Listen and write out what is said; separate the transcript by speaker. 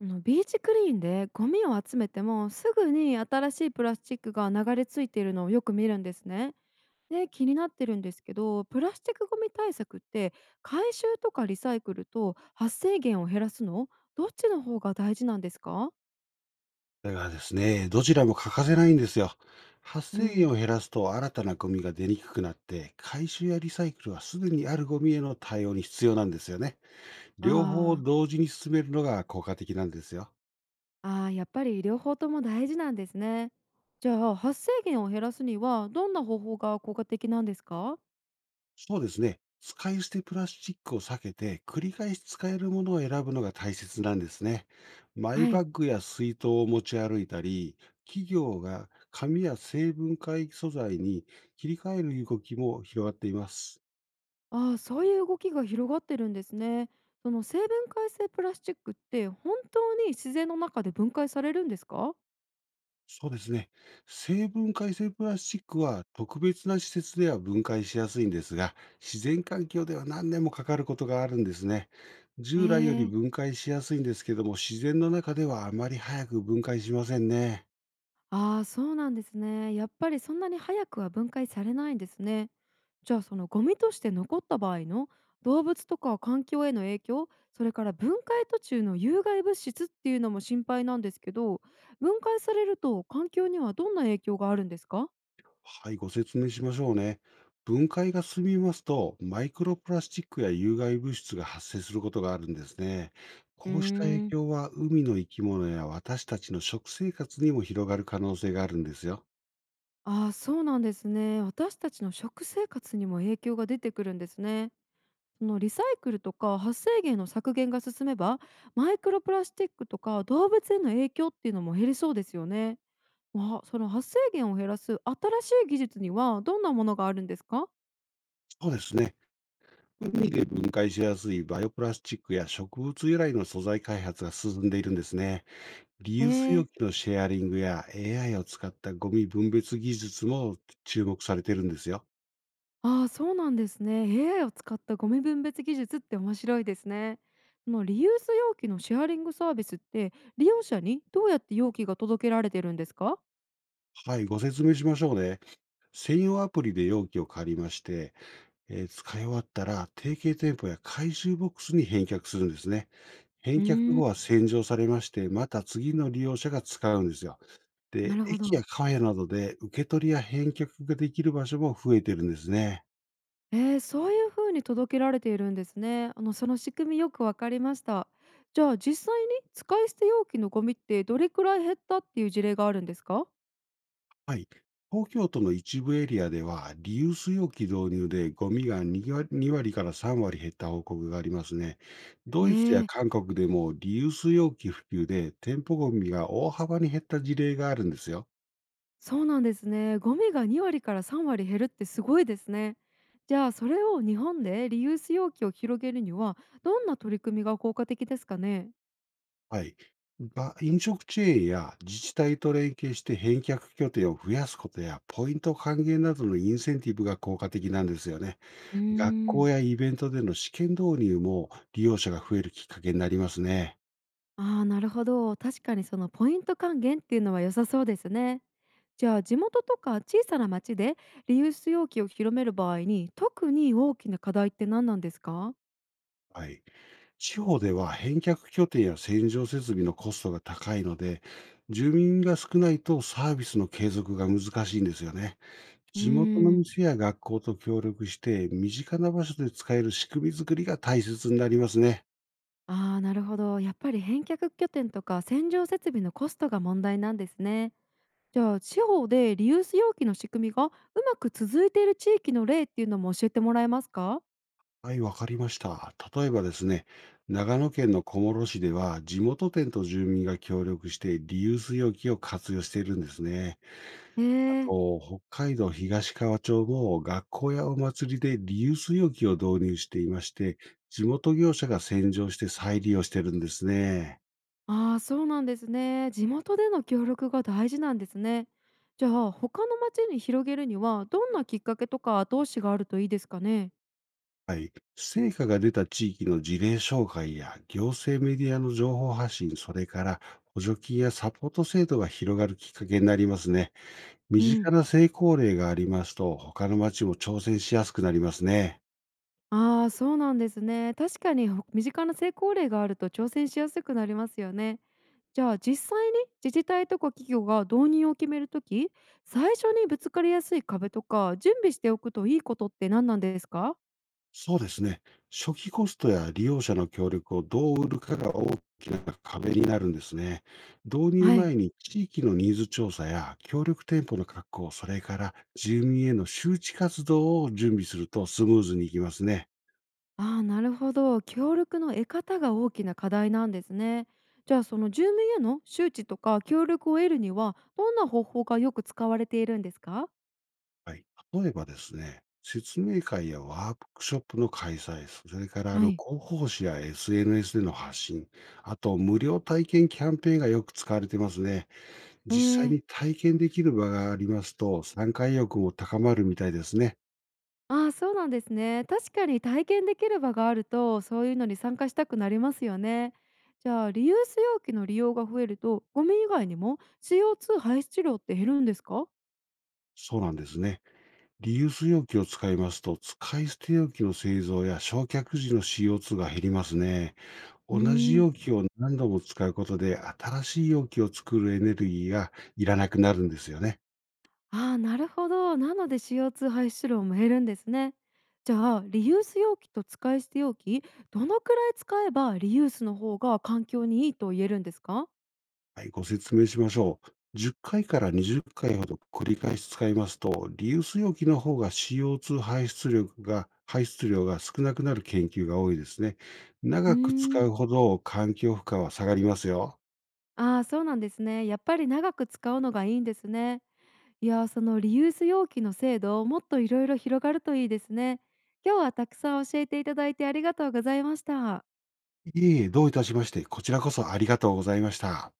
Speaker 1: ビーチクリーンでゴミを集めても、すぐに新しいプラスチックが流れ着いているのをよく見るんですね。で、気になってるんですけど、プラスチックゴミ対策って回収とかリサイクルと発生源を減らすの、どっちの方が大事なんですか？
Speaker 2: それがですね、どちらも欠かせないんですよ。発
Speaker 1: う
Speaker 2: 生
Speaker 1: ん。
Speaker 2: 源を減らすと新たなゴミが出にくくなって、回収やリサイクルはすでにあるゴミへの対応に必要なんですよね。
Speaker 1: あ
Speaker 2: 両方を
Speaker 1: ー。
Speaker 2: 同時に進めるのが効果的なんですよ。
Speaker 1: あー、やっぱり両方とも大事なんですね。じゃあ、発生源を減らすにはどんな方法が効果的なんですか？
Speaker 2: そうですね。使い捨てプラスチックを避けて、繰り返し使えるものを選ぶのが大切なんですね。マイ
Speaker 1: は
Speaker 2: バッ
Speaker 1: い。
Speaker 2: グや水筒を持ち歩いたり、企業が紙や成分解素材に切り替える動きも広がっています。
Speaker 1: ああ、そういう動きが広がってるんですね。その成分解性プラスチックって本当に自然の中で分解されるんですか？
Speaker 2: そうですね。生分解性プラスチックは特別な施設では分解しやすいんですが、自然環境では何年もかかることがあるんですね。
Speaker 1: え
Speaker 2: 従来より
Speaker 1: ー、
Speaker 2: 分解しやすいんですけども、自然の中ではあまり早く分解しませんね。
Speaker 1: ああ、そうなんですね。やっぱりそんなに早くは分解されないんですね。じゃあ、そのゴミとして残った場合の動物とか環境への影響、それから分解途中の有害物質っていうのも心配なんですけど、分解されると環境にはどんな影響があるんですか？
Speaker 2: はい、ご説明しましょうね。分解が進みますと、マイクロプラスチックや有害物質が発生することがあるんですね。
Speaker 1: うー
Speaker 2: こうした影
Speaker 1: ん。
Speaker 2: 響は海の生き物や私たちの食生活にも広がる可能性があるんですよ。
Speaker 1: ああ、そうなんですね。私たちの食生活にも影響が出てくるんですね。そのリサイクルとか発生源の削減が進めば、マイクロプラスチックとか動物への影響っていうのも減りそうですよね。まあ、その発生源を減らす新しい技術にはどんなものがあるんですか？
Speaker 2: そうですね。海で分解しやすいバイオプラスチックや植物由来の素材開発が進んでいるんですね。リユ
Speaker 1: え
Speaker 2: ース容
Speaker 1: え。
Speaker 2: 器のシェアリングや AI を使ったゴミ分別技術も注目されているんですよ。
Speaker 1: ああ、そうなんですね。AI を使ったゴミ分別技術って面白いですね。そのリユース容器のシェアリングサービスって利用者にどうやって容器が届けられてるんですか？
Speaker 2: はい、ご説明しましょうね。専用アプリで容器を借りまして、使い終わったら、提携店舗や回収ボックスに返却するんですね。返
Speaker 1: う
Speaker 2: 却
Speaker 1: ーん。
Speaker 2: 後は洗浄されまして、また次の利用者が使うんですよ。
Speaker 1: な
Speaker 2: で、
Speaker 1: るほ
Speaker 2: 駅
Speaker 1: ど。
Speaker 2: やカフェなどで受け取りや返却ができる場所も増えてるんですね。
Speaker 1: ええ、そういう風に届けられているんですね。その仕組みよくわかりました。じゃあ、実際に使い捨て容器のゴミってどれくらい減ったっていう事例があるんですか？
Speaker 2: はい。東京都の一部エリアでは、リユース容器導入でゴミが2 割から3割減った報告がありますね。
Speaker 1: え
Speaker 2: ドイツや
Speaker 1: え、
Speaker 2: 韓国でもリユース容器普及で店舗ゴミが大幅に減った事例があるんですよ。
Speaker 1: そうなんですね。ゴミが2割から3割減るってすごいですね。じゃあ、それを日本でリユース容器を広げるにはどんな取り組みが効果的ですかね？
Speaker 2: はい。が、飲食チェーンや自治体と連携して返却拠点を増やすことや、ポイント還元などのインセンティブが効果的なんですよね。
Speaker 1: うー
Speaker 2: 学校
Speaker 1: ん。
Speaker 2: やイベントでの試験導入も利用者が増えるきっかけになりますね。
Speaker 1: ああ、なるほど。確かにそのポイント還元っていうのは良さそうですね。じゃあ、地元とか小さな町でリユース容器を広める場合に特に大きな課題って何なんですか？
Speaker 2: はい。地方では返却拠点や洗浄設備のコストが高いので、住民が少ないとサービスの継続が難しいんですよね。
Speaker 1: うー
Speaker 2: 地元の
Speaker 1: ん、
Speaker 2: 店や学校と協力して、身近な場所で使える仕組み作りが大切になりますね。
Speaker 1: ああー、なるほど。やっぱり返却拠点とか洗浄設備のコストが問題なんですね。じゃあ、地方でリユース容器の仕組みがうまく続いている地域の例っていうのも教えてもらえますか？
Speaker 2: はい、わかりました。例えばですね、長野県の小諸市では、地元店と住民が協力してリユース容器を活用しているんですね。
Speaker 1: え
Speaker 2: あ
Speaker 1: え。
Speaker 2: と、北海道東川町も学校やお祭りでリユース容器を導入していまして、地元業者が洗浄して再利用してるんですね。
Speaker 1: ああ、そうなんですね。地元での協力が大事なんですね。じゃあ、他の町に広げるにはどんなきっかけとか後押しがあるといいですかね。
Speaker 2: はい。成果が出た地域の事例紹介や行政メディアの情報発信、それから補助金やサポート制度が広がるきっかけになりますね。身
Speaker 1: う
Speaker 2: 近
Speaker 1: ん、
Speaker 2: な成功例がありますと、他の町も挑戦しやすくなりますね。
Speaker 1: ああ、そうなんですね。確かに身近な成功例があると挑戦しやすくなりますよね。じゃあ、実際に自治体とか企業が導入を決めるとき、最初にぶつかりやすい壁とか準備しておくといいことって何なんですか？
Speaker 2: そうですね。初期コストや利用者の協力をどう売るかが大きな壁になるんですね。導入
Speaker 1: はい。
Speaker 2: 前に地域のニーズ調査や協力店舗の確保、それから住民への周知活動を準備するとスムーズにいきますね。
Speaker 1: ああ、なるほど。協力の得方が大きな課題なんですね。じゃあ、その住民への周知とか協力を得るにはどんな方法がよく使われているんですか？
Speaker 2: はい。例えばですね、説明会やワークショップの開催、それから
Speaker 1: はい。
Speaker 2: 広報誌や SNS での発信、あと無料体験キャンペーンがよく使われてますね。
Speaker 1: え
Speaker 2: 実際
Speaker 1: ー、
Speaker 2: に体験できる場がありますと、参加意欲も高まるみたいですね。
Speaker 1: ああ、そうなんですね。確かに体験できる場があるとそういうのに参加したくなりますよね。じゃあ、リユース容器の利用が増えるとゴミ以外にも CO2 排出量って減るんですか？
Speaker 2: そうなんですね。リユース容器を使いますと、使い捨て容器の製造や焼却時の CO2 が減りますね。
Speaker 1: う
Speaker 2: 同じ
Speaker 1: ーん。
Speaker 2: 容器を何度も使うことで、新しい容器を作るエネルギーがいらなくなるんですよね。
Speaker 1: ああ、なるほど。なので CO2 排出量も減るんですね。じゃあ、リユース容器と使い捨て容器、どのくらい使えばリユースの方が環境にいいと言えるんですか？
Speaker 2: はい、ご説明しましょう。10回から20回ほど繰り返し使いますと、リユース容器の方が CO2 排出量が少なくなる研究が多いですね。
Speaker 1: うー
Speaker 2: 長く使
Speaker 1: ん。
Speaker 2: うほど環境負荷は下がりますよ。
Speaker 1: ああ、そうなんですね。やっぱり長く使うのがいいんですね。いやー、そのリユース容器の制度、もっといろいろ広がるといいですね。今日はたくさん教えていただいてありがとうございました。
Speaker 2: いえいえ、どういたしまして、こちらこそありがとうございました。